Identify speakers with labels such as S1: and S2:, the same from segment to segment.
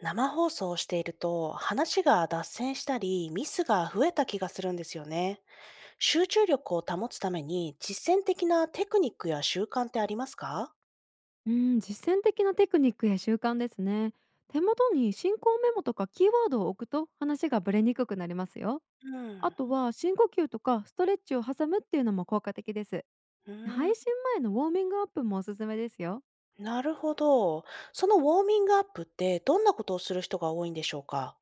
S1: 生放送をしていると話が脱線したりミスが増えた気がするんですよね。集中力を保つために実践的なテクニックや習慣ってありますか？
S2: うん、実践的なテクニックや習慣ですね。手元に進行メモとかキーワードを置くと話がブレにくくなりますよ。
S1: う
S2: あ
S1: ん。
S2: とは深呼吸とかストレッチを挟むっていうのも効果的です。
S1: うー
S2: 配
S1: ん、
S2: 信前のウォーミングアップもおすすめですよ。
S1: なるほど。そのウォーミングアップってどんなことをする人が多いんでしょうか？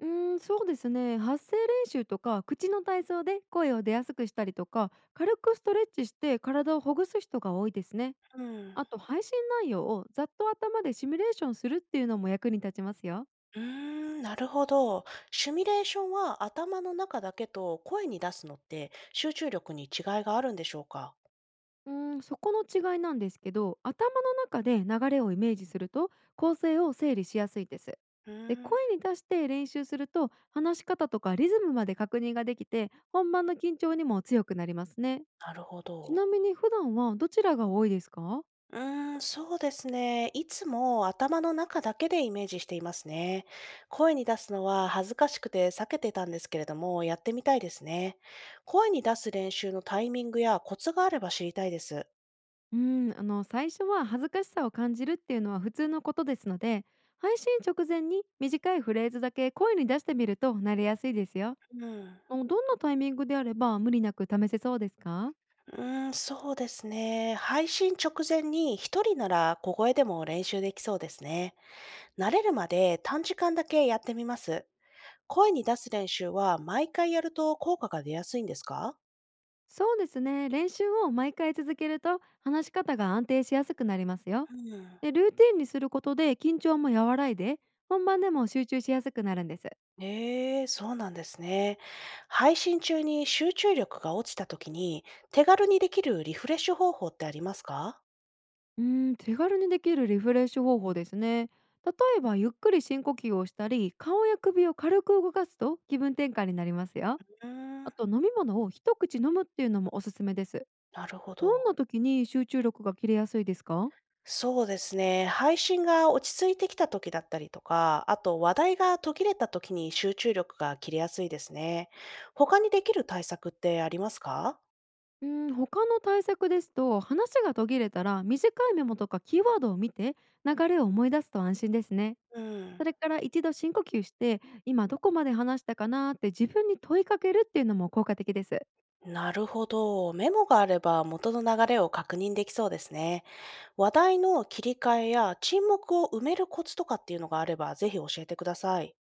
S2: そうですね。発声練習とか口の体操で声を出やすくしたりとか、軽くストレッチして体をほぐす人が多いですね。
S1: うん。
S2: あと配信内容をざっと頭でシミュレーションするっていうのも役に立ちますよ。
S1: なるほど。シミュレーションは頭の中だけと声に出すのって集中力に違いがあるんでしょうか？
S2: そこの違いなんですけど、頭の中で流れをイメージすると構成を整理しやすいです。
S1: うー
S2: で、
S1: ん、
S2: 声に出して練習すると話し方とかリズムまで確認ができて本番の緊張にも強くなりますね。
S1: なるほ
S2: ちな
S1: ど。
S2: みに普段はどちらが多いですか？
S1: うーそうですね。いつも頭の中だけでイメージしていますね。声に出すのは恥ずかしくて避けてたんですけれども、やってみたいですね。声に出す練習のタイミングやコツがあれば知りたいです。
S2: うー最初は恥ずかしさを感じるっていうのは普通のことですので、配信直前に短いフレーズだけ声に出してみると慣れやすいですよ。
S1: うん。
S2: あの、どんなタイミングであれば無理なく試せそうですか？
S1: うそうですね。配信直前に一人なら小声でも練習できそうですね。慣れるまで短時間だけやってみます。声に出す練習は毎回やると効果が出やすいんですか？
S2: そうですね、練習を毎回続けると話し方が安定しやすくなりますよ。
S1: うん。
S2: で、ルーティンにすることで緊張も和らいで本番でも集中しやすくなるんです。
S1: ええ、そうなんですね。配信中に集中力が落ちた時に、手軽にできるリフレッシュ方法ってありますか？
S2: 手軽にできるリフレッシュ方法ですね。例えばゆっくり深呼吸をしたり顔や首を軽く動かすと気分転換になりますよ。
S1: うーん、
S2: あと飲み物を一口飲むっていうのもおすすめです。
S1: なるほ
S2: どん
S1: ど。
S2: な時に集中力が切れやすいですか？
S1: そうですね。配信が落ち着いてきた時だったりとか、あと話題が途切れた時に集中力が切れやすいですね。他にできる対策ってありますか？
S2: うん、他の対策ですと話が途切れたら短いメモとかキーワードを見て流れを思い出すと安心ですね。
S1: う
S2: そ
S1: ん、
S2: れから一度深呼吸して今どこまで話したかなって自分に問いかけるっていうのも効果的です。
S1: なるほど。メモがあれば元の流れを確認できそうですね。話題の切り替えや沈黙を埋めるコツとかっていうのがあれば、ぜひ教えてください。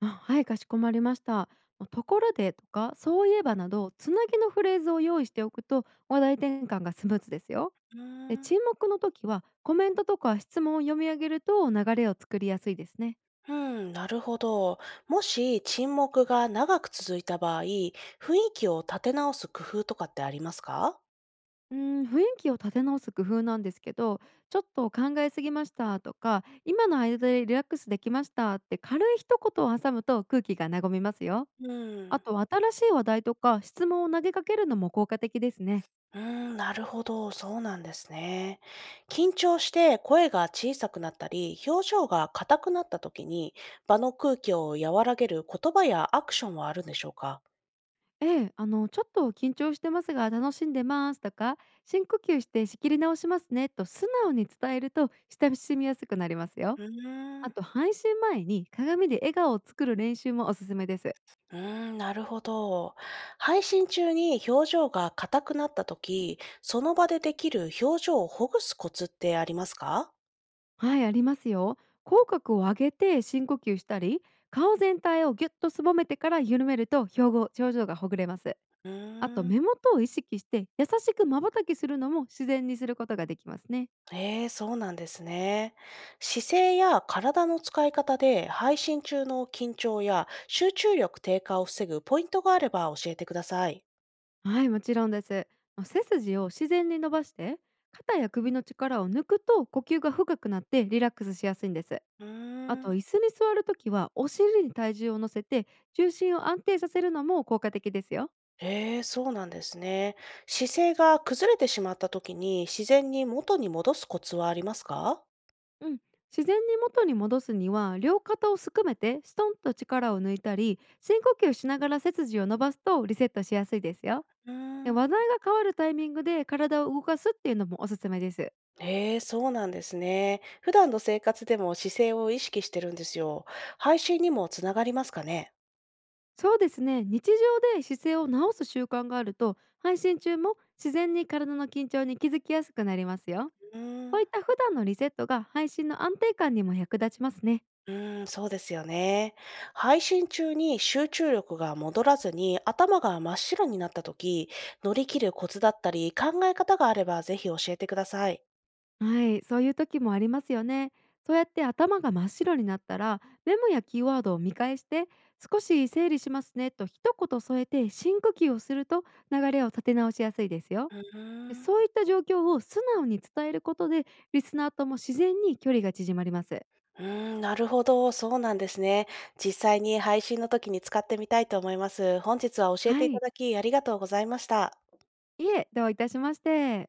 S2: あ、はい、かしこまりました。まところでとかそういえばなど、つなぎのフレーズを用意しておくと話題転換がスムーズですよ。
S1: うー
S2: で、
S1: ん
S2: 沈黙の時はコメントとか質問を読み上げると流れを作りやすいですね。
S1: うん、なるほど。もし沈黙が長く続いた場合、雰囲気を立て直す工夫とかってありますか？
S2: うん、雰囲気を立て直す工夫なんですけど、ちょっと考えすぎましたとか、今の間でリラックスできましたって軽い一言を挟むと空気が和みますよ。
S1: う
S2: あ
S1: ん
S2: と新しい話題とか質問を投げかけるのも効果的ですね。
S1: うん、なるほど。そうなんですね。緊張して声が小さくなったり、表情が硬くなった時に、場の空気を和らげる言葉やアクションはあるんでしょうか？
S2: ええ、あのちょっと緊張してますが楽しんでますとか、深呼吸して仕切り直しますねと素直に伝えると親しみやすくなりますよ。
S1: うー
S2: あ
S1: ん
S2: と配信前に鏡で笑顔を作る練習もおすすめです。
S1: うーなるほど。配信中に表情が硬くなった時、その場でできる表情をほぐすコツってありますか？
S2: はい、ありますよ。口角を上げて深呼吸したり、顔全体をぎゅっとすぼめてから緩めると表情がほぐれます。
S1: う
S2: あと
S1: ーん。
S2: 目元を意識して優しくまばたきするのも自然にすることができますね。
S1: ええ、そうなんですね。姿勢や体の使い方で配信中の緊張や集中力低下を防ぐポイントがあれば教えてください。
S2: はい、もちろんです。まあ背筋を自然に伸ばして、肩や首の力を抜くと呼吸が深くなってリラックスしやすいんです。
S1: う
S2: あ
S1: ー
S2: と
S1: ん。
S2: 椅子に座るときはお尻に体重を乗せて重心を安定させるのも効果的ですよ。
S1: ええ、そうなんですね。姿勢が崩れてしまった時に自然に元に戻すコツはありますか？
S2: うん、自然に元に戻すには両肩をすくめてストンと力を抜いたり深呼吸しながら背筋を伸ばすとリセットしやすいですよ。
S1: う
S2: で、
S1: ー
S2: 話
S1: ん。
S2: 題が変わるタイミングで体を動かすっていうのもおすすめです。
S1: へえ、そうなんですね。普段の生活でも姿勢を意識してるんですよ。配信にもつながりますかね？
S2: そうですね、日常で姿勢を直す習慣があると配信中も自然に体の緊張に気づきやすくなりますよ。
S1: うー
S2: こう
S1: ん、
S2: いった普段のリセットが配信の安定感にも役立ちますね。
S1: そうですよね。配信中に集中力が戻らずに頭が真っ白になった時、乗り切るコツだったり考え方があればぜひ教えてください。
S2: はい、そういう時もありますよね。そうやって頭が真っ白になったら、メモやキーワードを見返して、少し整理しますねと一言添えて深呼吸をすると流れを立て直しやすいですよ。
S1: う
S2: で
S1: ーん、
S2: そういった状況を素直に伝えることで、リスナーとも自然に距離が縮まります。
S1: うーなるほど。そうなんですね。実際に配信の時に使ってみたいと思います。本日は教えて
S2: は
S1: いた
S2: い、
S1: だきありがとうございました。
S2: いえ、どういたしまして。